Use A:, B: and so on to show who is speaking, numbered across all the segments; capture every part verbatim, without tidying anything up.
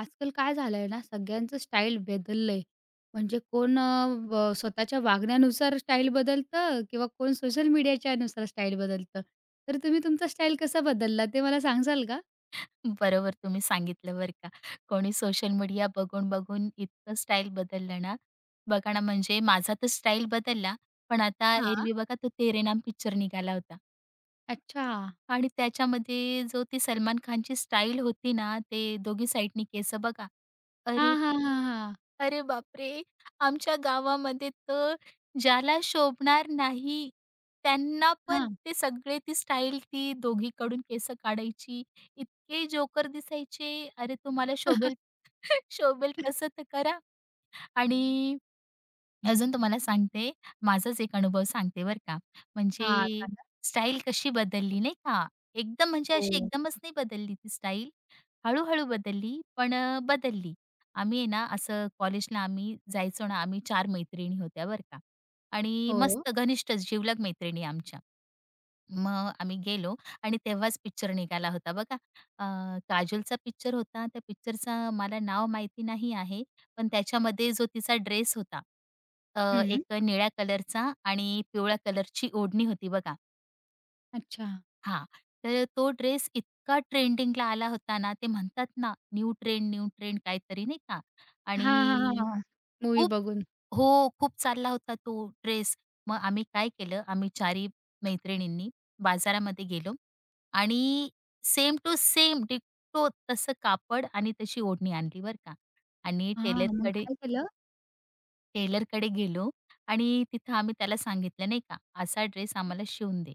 A: आजकाल काय झालंय ना, सगळ्यांचं स्टाईल बदललंय. म्हणजे कोण अ, ब स्वतःच्या वागण्यानुसार स्टाईल बदलतं किंवा कोण सोशल मीडियाच्यानुसार स्टाईल बदलतं. तर तुम्ही तुमचा स्टाईल कसा बदलला ते मला सांगाल का?
B: बरोबर तुम्ही सांगितलं बरं का. कोणी सोशल मीडिया बघून-बघून इतकं स्टाईल बदललं ना. बघा ना, म्हणजे माझा तर स्टाईल बदलला, पण आता
A: हां.
B: एरवी बघा तो तेरे नाम पिक्चर निघाला होता.
A: अच्छा.
B: आणि त्याच्यामध्ये जो ती सलमान खानची स्टाईल होती ना, ते दोघी साइडनी केस बघा. अरे
A: हां, हां, हां, हां.
B: अरे बापरे! आमच्या गावामध्ये तर ज्याला शोभणार नाही, त्यांना पण
A: हां.
B: ते सगळे ती स्टाईल ती दोघीकडून केस काढायची. इतके जोकर दिसायचे. अरे तुम्हाला शोभेल शोभेल तसं तर करा. आणि अजून तुम्हाला सांगते, माझाच एक अनुभव सांगते बरं का.
A: हां,
B: म्हणजे
A: सांगा.
B: स्टाईल कशी बदलली नाही का. एकदम म्हणजे अशी
A: हो.
B: एकदमच नाही बदलली ती स्टाईल. हळू-हळू बदलली, पण अ, बदलली. आम्ही आहे ना, असं कॉलेजला आम्ही जायचो ना, आम्ही चार मैत्रिणी होत्या बरं का. आणि
A: हो.
B: मस्त घनिष्ठ जिवलग मैत्रिणी आमच्या. मग आम्ही गेलो आणि तेव्हाच पिक्चर निघाला होता बघा. अ, काजोलचा पिक्चर होता. त्या पिक्चरचं मला नाव माहिती नाही आहे. पण त्याच्यामध्ये जो तिचा ड्रेस होता, अ,
A: हं.
B: एक निळ्या कलरचा आणि पिवळ्या कलरची ओढणी होती बघा.
A: अच्छा.
B: हां, तर तो ड्रेस इतका ट्रेंडिंगला आला होता ना, ते म्हणतात ना, न्यू ट्रेंड, न्यू ट्रेंड काहीतरी नाही का. आणि
A: हां, हां, हां, हां.
B: खूप
A: बघून.
B: हो, खूप चालला होता तो ड्रेस. मग आम्ही काय केलं, आम्ही चारी मैत्रिणींनी बाजारामध्ये गेलो आणि सेम टू सेम डिट्टो तसं कापड आणि तशी ओढणी आणली बरं का. आणि
A: हां, मग
B: टेलरकडे
A: काय केलं?
B: टेलरकडे गेलो आणि तिथं आम्ही त्याला सांगितलं नाही का, असा ड्रेस आम्हाला शिवून दे.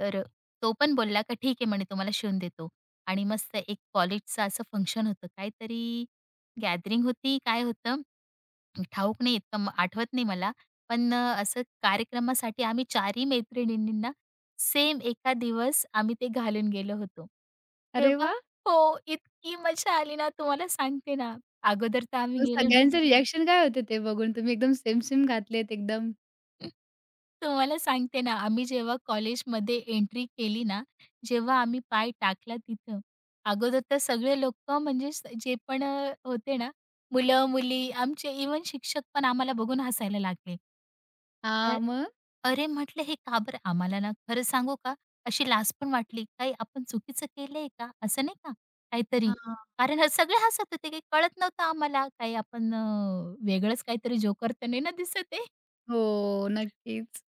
B: तर तो पण बोलला का ठीक आहे म्हणे तुम्हाला शिवून देतो. आणि मस्त एक कॉलेजचं असं फंक्शन होतं. काहीतरी गॅदरिंग होती, काय होतं ठाऊक नाही इतकं म- आठवत नाही मला. पण अ, असं कार्यक्रमासाठी आम्ही चारही मैत्रिणींना सेम एका दिवस आम्ही ते घालून गेलो होतो.
A: अरे
B: तेव्हा
A: वाह!
B: हो, इतकी मजा आली ना तुम्हाला सांगते ना. अगोदर तर आम्ही
A: मग
B: गेलो ना
A: सगळ्यांचे रिएक्शन काय होते ते बघून? तुम्ही एकदम सेम, सेम घातलेत एकदम.
B: तुम्हाला सांगते ना, आम्ही जेव्हा कॉलेजमध्ये एंट्री केली ना, जेव्हा आम्ही पाय टाकला तिथं, अगोदर तर सगळे लोकं म्हणजे स जे पण अ, होते ना, मुलं-मुली, आमचे इवन शिक्षक पण आम्हाला बघून हसायला लागले. अ,
A: हां, मग?
B: अरे, म्हटलं हे का बरं? आम्हाला ना खरं सांगू का, अशी लाज पण वाटली. काही आपण चुकीचं केलंय का? असं नाही का काहीतरी. कारण अ, सगळे हसत होते, काही कळत नव्हतं आम्हाला. काही आपण अ, वेगळंच काहीतरी जोकर तर नाही ना दिसत
A: हो, नक्कीच.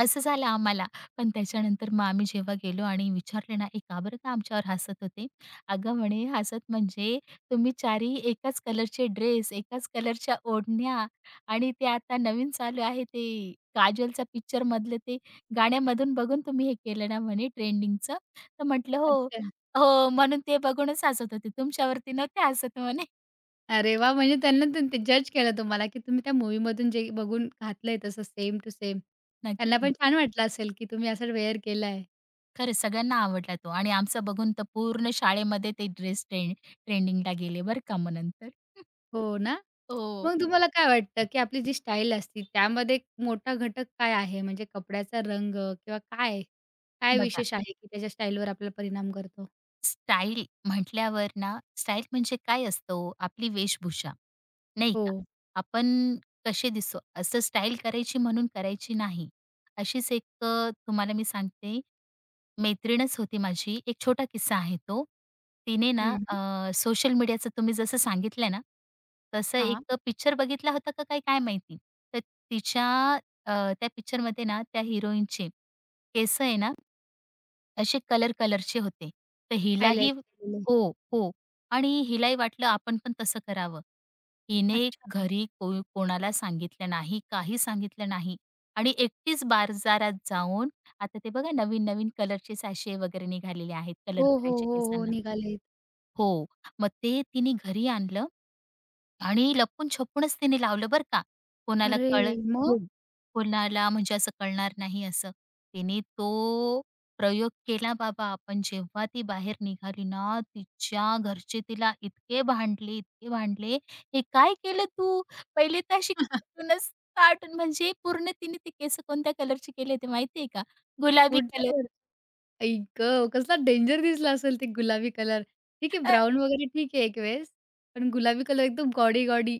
B: असं झालं आम्हाला. पण त्याच्यानंतर मग आम्ही जेव्हा गेलो आणि विचारले ना, "ए, का बरं का आमच्यावर हसत होते?" "अगं," म्हणे, "हसत म्हणजे तुम्ही चारही एकाच कलरचे ड्रेस, एकाच कलरच्या ओढण्या आणि ते आता नवीन चालू आहे ते काजोलचा पिक्चरमधलं ते गाण्यामधून बघून तुम्ही हे केलं ना," म्हणे, "ट्रेंडिंगचं." तर म्हटलं, "हो."
A: अच्छा.
B: "हो, म्हणून ते बघूनच हसत होते. तुमच्यावरती नव्हते हसत." म्हणे.
A: अरे वाह! म्हणजे त्यांना ते जज केलं तुम्हाला, की तुम्ही त्या मूव्हीमधून जे बघून घातलंय तसं सेम टू सेम. त्यांना पण
B: नक्कीच.
A: छान वाटलं असेल, की तुम्ही असं वेअर केलाय.
B: खरंच सगळ्यांना आवडला तो आणि आमचं बघून तर पूर्ण शाळेमध्ये ते ड्रेस ट्रेंड ट्रेंडिंगला गेले बरं का मग नंतर.
A: हो ना?
B: हो.
A: मग तुम्हाला काय वाटतं, की आपली जी स्टाईल असते त्यामध्ये मोठा घटक काय आहे? म्हणजे कपड्याचा रंग किंवा काय? काय
B: बघा,
A: विशेष आहे, की त्याच्या स्टाईलवर आपला परिणाम करतो?
B: स्टाईल म्हटल्यावर ना, स्टाईल म्हणजे काय असतं ओ? आपली वेशभूषा, नाही
A: हो.
B: का? आपण कसे दिसू, असं स्टाईल करायची म्हणून करायची नाही. अशीच एक अ, तुम्हाला मी सांगते, मैत्रीणच होती माझी. एक छोटा किस्सा आहे तो. तिने ना
A: हं, हं.
B: अ, सोशल मीडियाचं तुम्ही जसं सांगितलं ना, तसं
A: हां.
B: एक पिक्चर बघितला होता का काय, काय माहिती. तर तिच्या अ, त्या पिक्चरमध्ये ना त्या हिरोईनचे केस आहे ना असे कलर कलरचे होते. तर हिलाही
A: हायलाइट्स केलेले.
B: हो, हो. आणि हिलाही वाटलं आपण पण तसं करावं. हिने
A: अच्छा.
B: घरी को कोणाला सांगितलं नाही, काही सांगितलं नाही. आणि एकटीच बाजारात जाऊन आता ते बघा नवीन-नवीन कलरचे सॅशे वगैरे निघालेले आहेत,
A: हो,
B: कलर
A: हो,
B: करायचे
A: हो, हो.
B: केसांना.
A: निघालेत.
B: हो. मग ते तिने घरी आणलं आणि लपून-छपूनच तिने लावलं बरं का. कोणाला
A: अरे!
B: कळ
A: मग?
B: हो. कोणाला म्हणजे असं कळणार नाही असं. तिने तो प्रयोग केला बाबा. पण जेव्हा ती बाहेर निघाली ना, तिच्या घरचे तिला इतके भांडले, इतके भांडले, "हे काय केलं तू?" पहिले तर अशी कार्टूनच कार्टून म्हणजे पूर्ण तिने ते केस कोणत्या कलरचे केले होते माहिती का? गुलाबी कलर.
A: कुठलं आई गं! कसला डेंजर दिसला असेल ते गुलाबी कलर. ठीक आहे, ब्राउन वगैरे ठीक आहे एक वेळेस, पण गुलाबी कलर एकदम गॉडी-गॉडी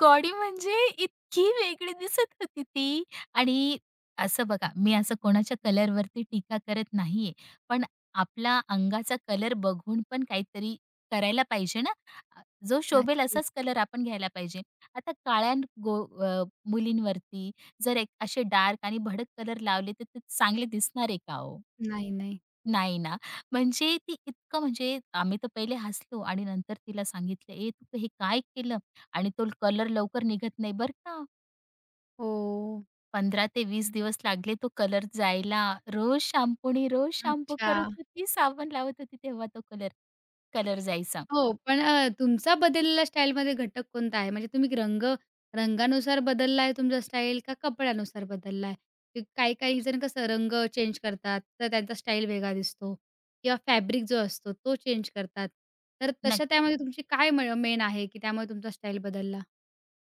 B: गौडी म्हणजे इतकी वेगळी दिसत होती ती. आणि असं बघा, मी असं कोणाच्या कलरवरती टीका करत नाहीये. पण आपला अंगाचा कलर बघून पण काहीतरी करायला पाहिजे ना. अ, जो शोभेल
A: नक्कीच.
B: असाच कलर आपण घ्यायला पाहिजे. आता काळ्या गो अ, मुलींवरती जर एक असे डार्क आणि भडक कलर लावले, तर ते चांगले दिसणार आहे का हो?
A: नाही, नाही.
B: नाही ना. म्हणजे ती इतकं म्हणजे आम्ही तर पहिले हसलो आणि नंतर तिला सांगितलं, "ए तू हे काय केलं?" आणि तो कलर लवकर निघत नाही बरं का.
A: हो.
B: पंधरा ते वीस दिवस लागले तो कलर जायला. रोज शॅम्पूनी रोज शॅम्पू
A: अच्छा.
B: करत होती, साबण लावत होती तेव्हा तो कलर, कलर जायचा.
A: हो, पण अ, तुमचा बदललेला स्टाईलमध्ये घटक कोणता आहे? म्हणजे तुम्ही रंग रंगानुसार बदलला आहे तुमचा स्टाईल का कपड्यानुसार बदलला आहे? काही-काही जण कसं रंग चेंज करतात, तर त्यांचा स्टाईल वेगळा दिसतो किंवा फॅब्रिक जो असतो तो चेंज करतात. तर तशा
B: नक्की.
A: त्यामध्ये तुमची काय मेन आहे, की त्यामुळे तुमचा स्टाईल बदलला?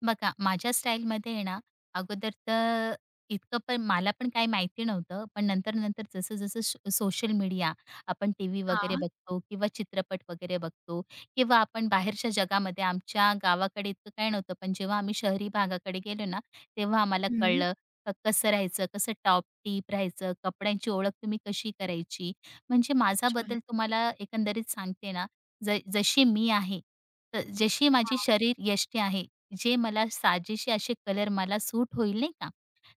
B: बघा, माझ्या स्टाईलमध्ये आहे ना, अगोदर तर इतकं पण मला पण काही माहिती नव्हतं. पण नंतर-नंतर जसं-जसं सो सोशल मीडिया आपण टीव्ही वगैरे
A: हां.
B: बघतो किंवा चित्रपट वगैरे बघतो किंवा आपण बाहेरच्या जगामध्ये आमच्या गावाकडे इतकं काही नव्हतं. पण जेव्हा आम्ही शहरी भागाकडे गेलो ना, तेव्हा आम्हाला
A: हं.
B: कळलं क कसं राहायचं, कसं टॉप-टीप राहायचं, कपड्यांची ओळख तुम्ही कशी करायची. म्हणजे माझा
A: अच्छा.
B: बदल तुम्हाला एकंदरीत सांगते ना, ज जशी मी आहे, तर जशी
A: हां,
B: माझी शरीरयष्टी आहे, जे मला साजेसे असे कलर मला सूट होईल नाही का,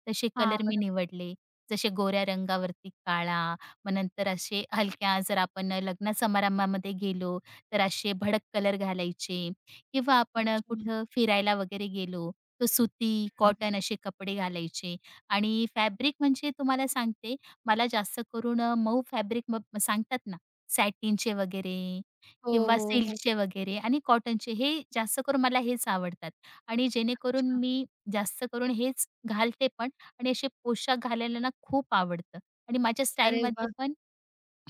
B: तसे
A: हां,
B: कलर मी
A: बरोबर.
B: निवडले. जसे गोऱ्या रंगावरती काळा, मग नंतर असे हलक्या जर आपण लग्न समारंभामध्ये गेलो, तर असे भडक कलर घालायचे किंवा आपण
A: अच्छा. हं,
B: कुठं फिरायला वगैरे गेलो, तर सुती,
A: हं.
B: कॉटन असे कपडे घालायचे. आणि फॅब्रिक म्हणजे तुम्हाला सांगते, मला जास्त करून मऊ फॅब्रिक मग सांगतात ना, सॅटिनचे वगैरे
A: हो,
B: किंवा
A: हो, हो.
B: सिल्कचे वगैरे आणि कॉटनचे हे जास्त करून मला हेच आवडतात. आणि जेणेकरून
A: अच्छा.
B: मी जास्त करून हेच घालते पण आणि असे पोशाख घालायला ना खूप आवडतं आणि माझ्या
A: अरे
B: स्टाईलमध्ये
A: वाह!
B: पण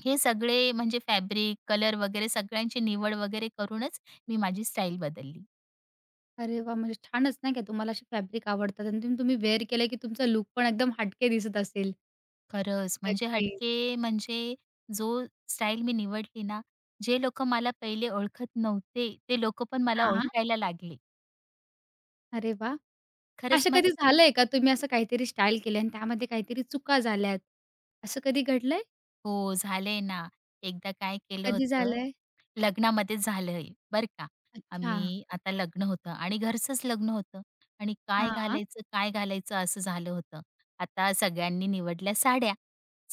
B: हे सगळे म्हणजे फॅब्रिक, कलर वगैरे सगळ्यांची निवड वगैरे करूनच मी माझी स्टाईल बदलली.
A: अरे वाह! म्हणजे छानच नाही का तुम्हाला असे फॅब्रिक आवडतात आणि ते तुम्ही वेअर केलं की तुमचा लूक पण एकदम हटके दिसत असेल.
B: खरंच म्हणजे
A: नक्कीच.
B: हटके म्हणजे जो स्टाईल मी निवडली ना, जे लोकं मला पहिले ओळखत नव्हते, ते लोकं पण मला
A: हां.
B: ओळखायला लागले.
A: अरे वाह!
B: खरंच
A: असं
B: मग
A: कधी झालंय का तुम्ही असं काहीतरी स्टाईल केली आणि त्यामध्ये काहीतरी चुका झाल्यात? असं कधी घडलंय?
B: हो, झालंय ना. एकदा काय केलं
A: कधी
B: होतं
A: झालंय?
B: लग्नामध्ये झालंय बरं का.
A: अच्छा.
B: आम्ही आता लग्न होतं आणि घरचंच लग्न होतं आणि काय
A: हां, हां,
B: घालायचं, काय घालायचं असं झालं होतं. आता सगळ्यांनी निवडल्या साड्या.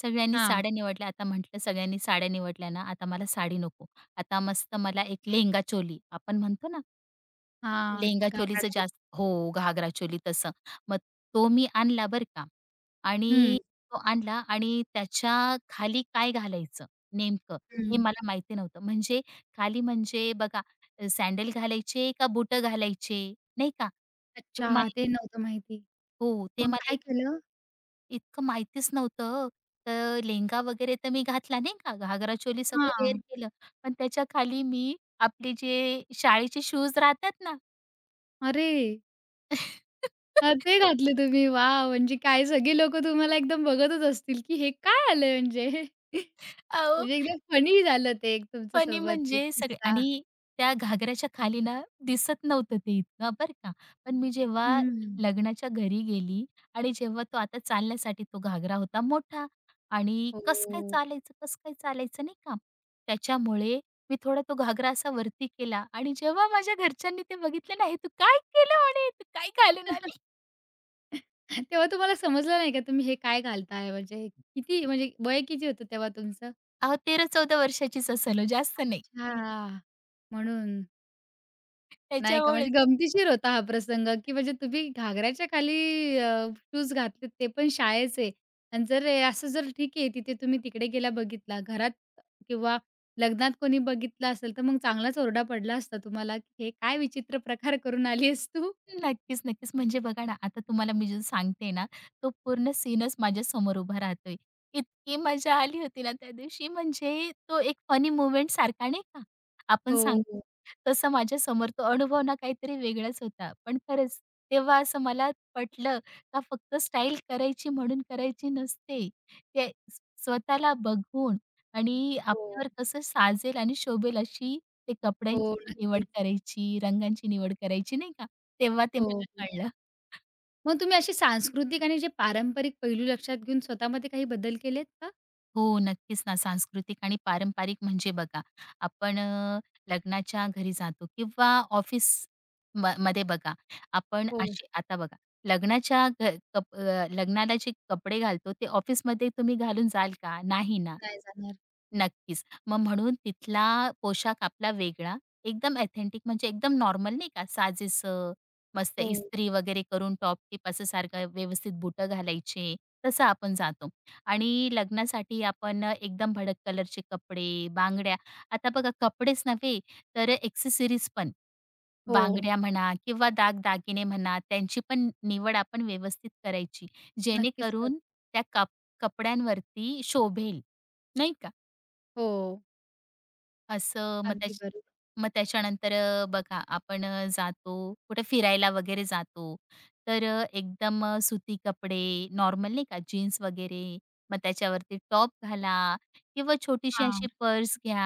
B: सगळ्यांनी साड्या निवडल्या. आता म्हटलं सगळ्यांनी साड्या निवडल्या ना, आता मला साडी नको. आता मस्त मला एक लेहंगा चोली आपण म्हणतो ना,
A: हां.
B: लेहंगा
A: घागरा
B: चोलीचं
A: टाइप.
B: जास्त हो, घागरा चोली तसं. मग तो मी आणला बरं का.
A: हं,
B: आणि तो आणला आणि त्याच्या खाली काय घालायचं नेमकं हे
A: हं.
B: मला माहिती नव्हतं. म्हणजे खाली म्हणजे बघा अ, सँडल घालायचे का बुटं घालायचे, नाही का? तर
A: अच्छा,
B: मला
A: ते नव्हतं माहिती.
B: हो, ते
A: मग
B: मला
A: काय
B: इत
A: केलं?
B: इतकं माहितीच नव्हतं. तर लेहंगा वगैरे तर मी घातला नाही का, घागरा चोली सगळं वेअर
A: हां.
B: केलं. पण त्याच्या खाली मी आपले जे शाळेचे शूज राहतात ना,
A: अरे! हां, ते घातले तुम्ही. वाह! म्हणजे काय सगळी लोकं तुम्हाला एकदम बघतच असतील, की हे काय आलंय म्हणजे?
B: अहो
A: म्हणजे एकदम फनी झालं ते एक
B: फनी
A: तुमच्यासोबत एक
B: म्हणजे सगळे
A: किस्सा.
B: आणि त्या घागराच्या खाली ना दिसत नव्हतं ते इतका बरं का. पण मी जेव्हा
A: हं.
B: लग्नाच्या घरी गेली आणि जेव्हा तो आता चालण्यासाठी तो घागरा होता मोठा आणि कसं काय
A: हो.
B: चालायचं, कसं काय चालायचं नाही का. त्याच्यामुळे मी थोडा तो घागरा असा वरती केला आणि जेव्हा माझ्या घरच्यांनी ते बघितलं ना, तू काय केलं?" म्हणे, "तू काय घालून आली?"
A: तेव्हा तुम्हाला समजलं नाही का तुम्ही हे काय घालताय म्हणजे? किती म्हणजे वय किती होतं तेव्हा तुमचं?
B: अहो तेरा-चौदा वर्षाचीच असेल हो, जास्त नाही.
A: अच्छा. म्हणून. नाही का? म्हणजे
B: त्याच्यामुळेच.
A: गमतीशीर होता हा प्रसंग, की म्हणजे तुम्ही घागराच्या खाली अ, शूज घातलेत ते पण शाळेचे आणि जर हे असं जर ठीक आहे तिथे तुम्ही तिकडे गेला बघितला, घरात किंवा लग्नात कोणी बघितलं असेल तर मग चांगलाच ओरडा पडला असता तुम्हाला, की "हे काय विचित्र प्रकार करून आली आहेस तू?"
B: नक्कीच, नक्कीच. म्हणजे बघा ना, आता तुम्हाला मी जो सांगते ना, तो पूर्ण सीनच माझ्या समोर उभा राहतोय. इतकी मजा आली होती ना त्या दिवशी, म्हणजे तो एक फनी मोमेंट सारखा नाही का, आपण
A: हो,
B: सांगतो
A: हो,
B: तसं माझ्यासमोर तो अनुभव ना काहीतरी वेगळाच होता. पण खरंच तेव्हा असं मला पटलं का फक्त स्टाईल करायची म्हणून करायची नसते. ते स्वतःला बघून आणि
A: हो,
B: आपल्यावर कसं साजेल आणि शोभेल अशी ते
A: हो,
B: कपड्यांची पण निवड
A: नक्कीच.
B: करायची, रंगांची निवड करायची नाही का? तेव्हा ते
A: हो,
B: मला
A: हो.
B: कळलं.
A: मग तुम्ही असे सांस्कृतिक आणि जे पारंपरिक पैलू लक्षात घेऊन स्वतःमध्ये काही बदल केलेत का?
B: हो, नक्कीच ना. सांस्कृतिक आणि पारंपरिक म्हणजे बघा, आपण अ, लग्नाच्या घरी जातो किंवा ऑफिस म मध्ये बघा, आपण
A: हो,
B: अशी आता बघा, लग्नाच्या घ कप अ, लग्नाला जे कपडे घालतो ते ऑफिसमध्ये तुम्ही घालून जाल का? नाही ना.
A: नाही जाणार.
B: नक्कीच. मग म्हणून तिथला पोशाख आपला वेगळा, एकदम एथेंटिक म्हणजे एकदम नॉर्मल नाही का, साजेसं, मस्त
A: हो,
B: इस्त्री वगैरे करून टॉप-टिप असं सारखं व्यवस्थित बुटं घालायचे, तसं आपण जातो. आणि लग्नासाठी आपण एकदम भडक कलरचे कपडे, बांगड्या आता बघा कपडेच नव्हे, तर एक्सेसरीज पण,
A: हो,
B: बांगड्या म्हणा किंवा दागदागिने म्हणा, त्यांची पण निवड आपण व्यवस्थित करायची,
A: नक्कीच कर
B: जेणेकरून त्या कप कपड्यांवरती शोभेल, नाही का?
A: हो,
B: असं मग
A: अगदी
B: त्याच
A: बरोबर.
B: मग त्याच्यानंतर अ, बघा आपण अ, जातो कुठे फिरायला वगैरे जातो. तर अ, एकदम अ, सुती कपडे नॉर्मल नाही का जीन्स वगैरे. मग त्याच्यावरती टॉप घाला किंवा छोटीशी
A: हां,
B: अशी पर्स घ्या,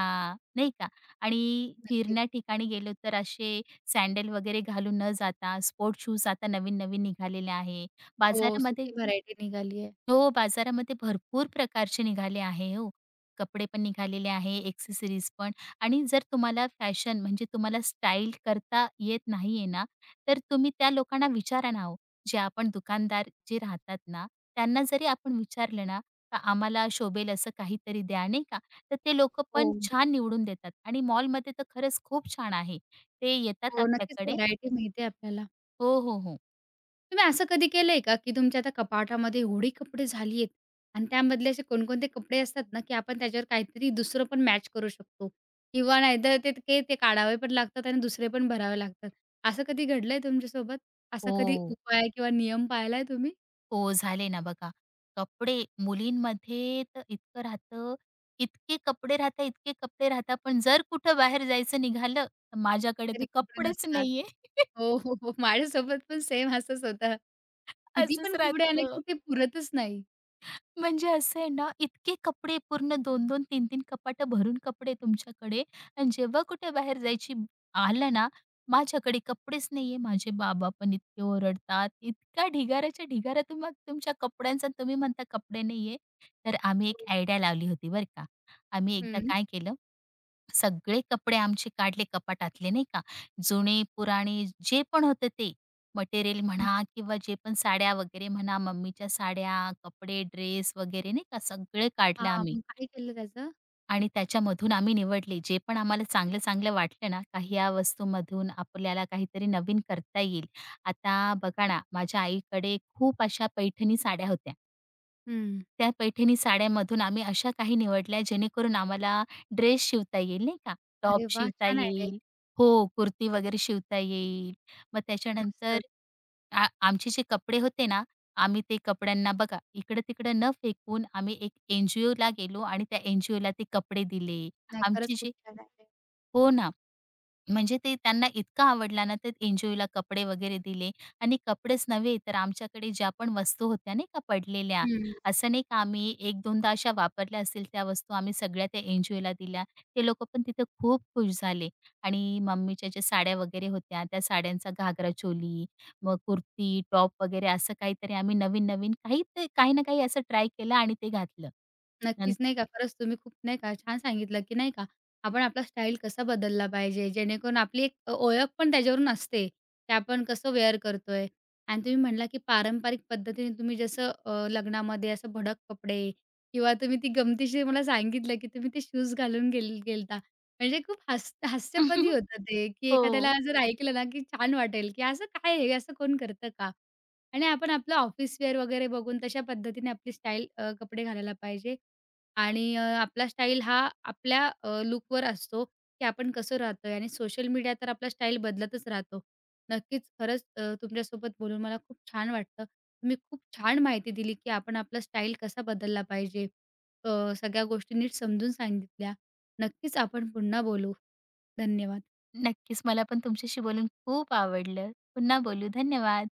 B: नाही का. आणि
A: नक्कीच.
B: फिरण्या ठिकाणी गेलो तर असे सँडल वगैरे घालून न जाता स्पोर्ट शूज आता नवीन-नवीन निघालेले आहे.
A: हो,
B: बाजारामध्ये
A: सुकी व्हरायटी निघाली आहे.
B: हो, बाजारामध्ये भरपूर प्रकारचे निघाले आहे हो. कपडे पण निघालेले आहे, एक्सेसरीज पण आणि जर तुम्हाला फॅशन म्हणजे तुम्हाला स्टाईल करता येत नाहीये ना, तर तुम्ही त्या लोकांना विचारा ना हो. जे आपण दुकानदार जे राहतात ना, त्यांना जरी आपण विचारलं ना, तर आम्हाला शोभेल असं काहीतरी द्या, नाही का? तर ते लोकं
A: हो,
B: पण छान निवडून देतात आणि मॉलमध्ये तर खरंच खूप छान आहे. ते येतात
A: हो, नक्कीच
B: आपल्याकडे
A: व्हरायटी मिळते आपल्याला.
B: हो, हो, हो.
A: तुम्ही असं कधी केलंय का, की तुमच्या आता कपाटामध्ये एवढे कपडे झाली आहेत आणि त्यामधले असे कोणकोणते कपडे असतात ना, की आपण त्याच्यावर काहीतरी दुसरं पण मॅच करू शकतो किंवा नाहीतर ते ते ते काढावे पण लागतात आणि दुसरे पण भरावे लागतात. असं कधी घडलंय तुमच्यासोबत? असा कधी
B: हो.
A: उपाय किंवा नियम पाळलाय तुम्ही?
B: हो, झाले ना बघा. कपडे मुलींमध्ये तर इतकं राहतं, इतके कपडे राहतात, इतके कपडे राहतात, पण जर कुठं बाहेर जायचं निघालं, तर माझ्याकडे
A: तरी
B: तर
A: कपडे
B: कपडेच
A: नसतात.
B: नाहीये.
A: हो, हो, हो. माझ्यासोबत पण सेम असंच होतं. किती
B: असंच
A: पण कपडे आले,
B: राहतं.
A: की ते पुरतच नाही.
B: म्हणजे असं आहे ना, इतके कपडे पूर्ण दोन 2 तीन 3 कपाटं भरून कपडे तुमच्याकडे आणि जेव्हा कुठे बाहेर जायची आलं ना, माझ्याकडे कपडेच नाहीये. माझे बाबा पण इतके ओरडतात. इतका ढिगाऱ्याच्या ढिगारा तुम्हा तुमच्या कपड्यांचा आणि तुम्ही म्हणता कपडे नाहीये. तर आम्ही एक आयडिया लावली होती बरं का. आम्ही एकदा
A: हं.
B: काय केलं सगळे कपडे आमचे काढले कपाटातले नाही का. जुने, पुराणे जे पण होतं ते. मटेरियल
A: हं.
B: म्हणा किंवा जे पण साड्या वगैरे म्हणा, मम्मीच्या साड्या, कपडे, ड्रेस वगैरे नाही का सगळे काढलं
A: हां,
B: आम्ही.
A: मग काय केलं त्याचं?
B: आणि त्याच्यामधून आम्ही निवडले जे पण आम्हाला चांगलं-चांगलं वाटलं ना, का ह्या वस्तूमधून आपल्याला काहीतरी नवीन करता येईल. आता बघा ना, माझ्या आईकडे खूप अशा पैठणी साड्या होत्या.
A: हं.
B: त्या पैठणी साड्यांमधून आम्ही अशा काही निवडल्या जेणेकरून आम्हाला ड्रेस शिवता येईल नाही का. टॉप
A: अरे वाह!
B: शिवता
A: छान आयडिया आहे.
B: येईल हो, कुर्ती वगैरे शिवता येईल. मग त्याच्यानंतर
A: मस्तच.
B: आ आमचे जे कपडे होते ना, आम्ही ते कपड्यांना बघा इकडं-तिकडं न फेकून आम्ही एक एन-जी-ओला गेलो आणि त्या एन-जी-ओला ते कपडे दिले.
A: नाही खरंच
B: आमची
A: खूप
B: जी
A: छान आयडिया आहे.
B: हो ना. म्हणजे ते त्यांना इतका आवडला ना, ते एन्जॉयला कपडे वगैरे दिले आणि कपडेच नव्हे, तर आमच्याकडे ज्या पण वस्तू होत्या नाही का पडलेल्या,
A: हं.
B: असं नाही का आम्ही एक-2दा अशा वापरल्या असतील त्या वस्तू आम्ही सगळ्या त्या एन्जॉयला दिल्या. ते लोकं पण तिथे खूप खुश झाले आणि मम्मीच्या ज्या साड्या वगैरे होत्या, त्या साड्यांचा घागरा चोली, मग कुर्ती, टॉप वगैरे असं काहीतरी आम्ही नवीन-नवीन काही ते काही ना काही असं ट्राय केलं आणि ते घातलं. नंत
A: नक्कीच. नाही का, खरंच तुम्ही खूप नाही का छान सांगितलं, की नाही का आपण आपला स्टाईल कसा बदलला पाहिजे, जेणेकरून आपली एक अ, ओळख पण त्याच्यावरून असते, की आपण कसं वेअर करतोय. आणि तुम्ही म्हणला, की पारंपरिक पद्धतीने तुम्ही जसं अ, लग्नामध्ये असं भडक कपडे किंवा तुम्ही ती गमतीशीर मला सांगितलं, की तुम्ही ते शूज घालून गेल गेलता. म्हणजे खूप हास हास्यपदी होतं ते, की एखाद्याला
B: हो.
A: जर ऐकलं ना, की छान वाटेल, की असं काय आहे, असं कोण करतं का? आणि आपण आपलं ऑफिस वेअर वगैरे बघून तशा पद्धतीने आपली स्टाईल अ, कपडे घालायला पाहिजे. आणि अ, आपला स्टाईल हा आपल्या अ, लूकवर असतो, की आपण कसं राहतोय आणि सोशल मीडिया तर आपला स्टाईल बदलतच राहतो. नक्कीच खरंच अ, तुमच्यासोबत बोलून मला खूप छान वाटलं. तुम्ही खूप छान माहिती दिली, की आपण आपला स्टाईल कसा बदलला पाहिजे. अ, सगळ्या गोष्टी नीट समजून सांगितल्या. नक्कीच आपण पुन्हा बोलू. धन्यवाद.
B: नक्कीच. मला पण तुमच्याशी बोलून खूप आवडलं. पुन्हा बोलू. धन्यवाद.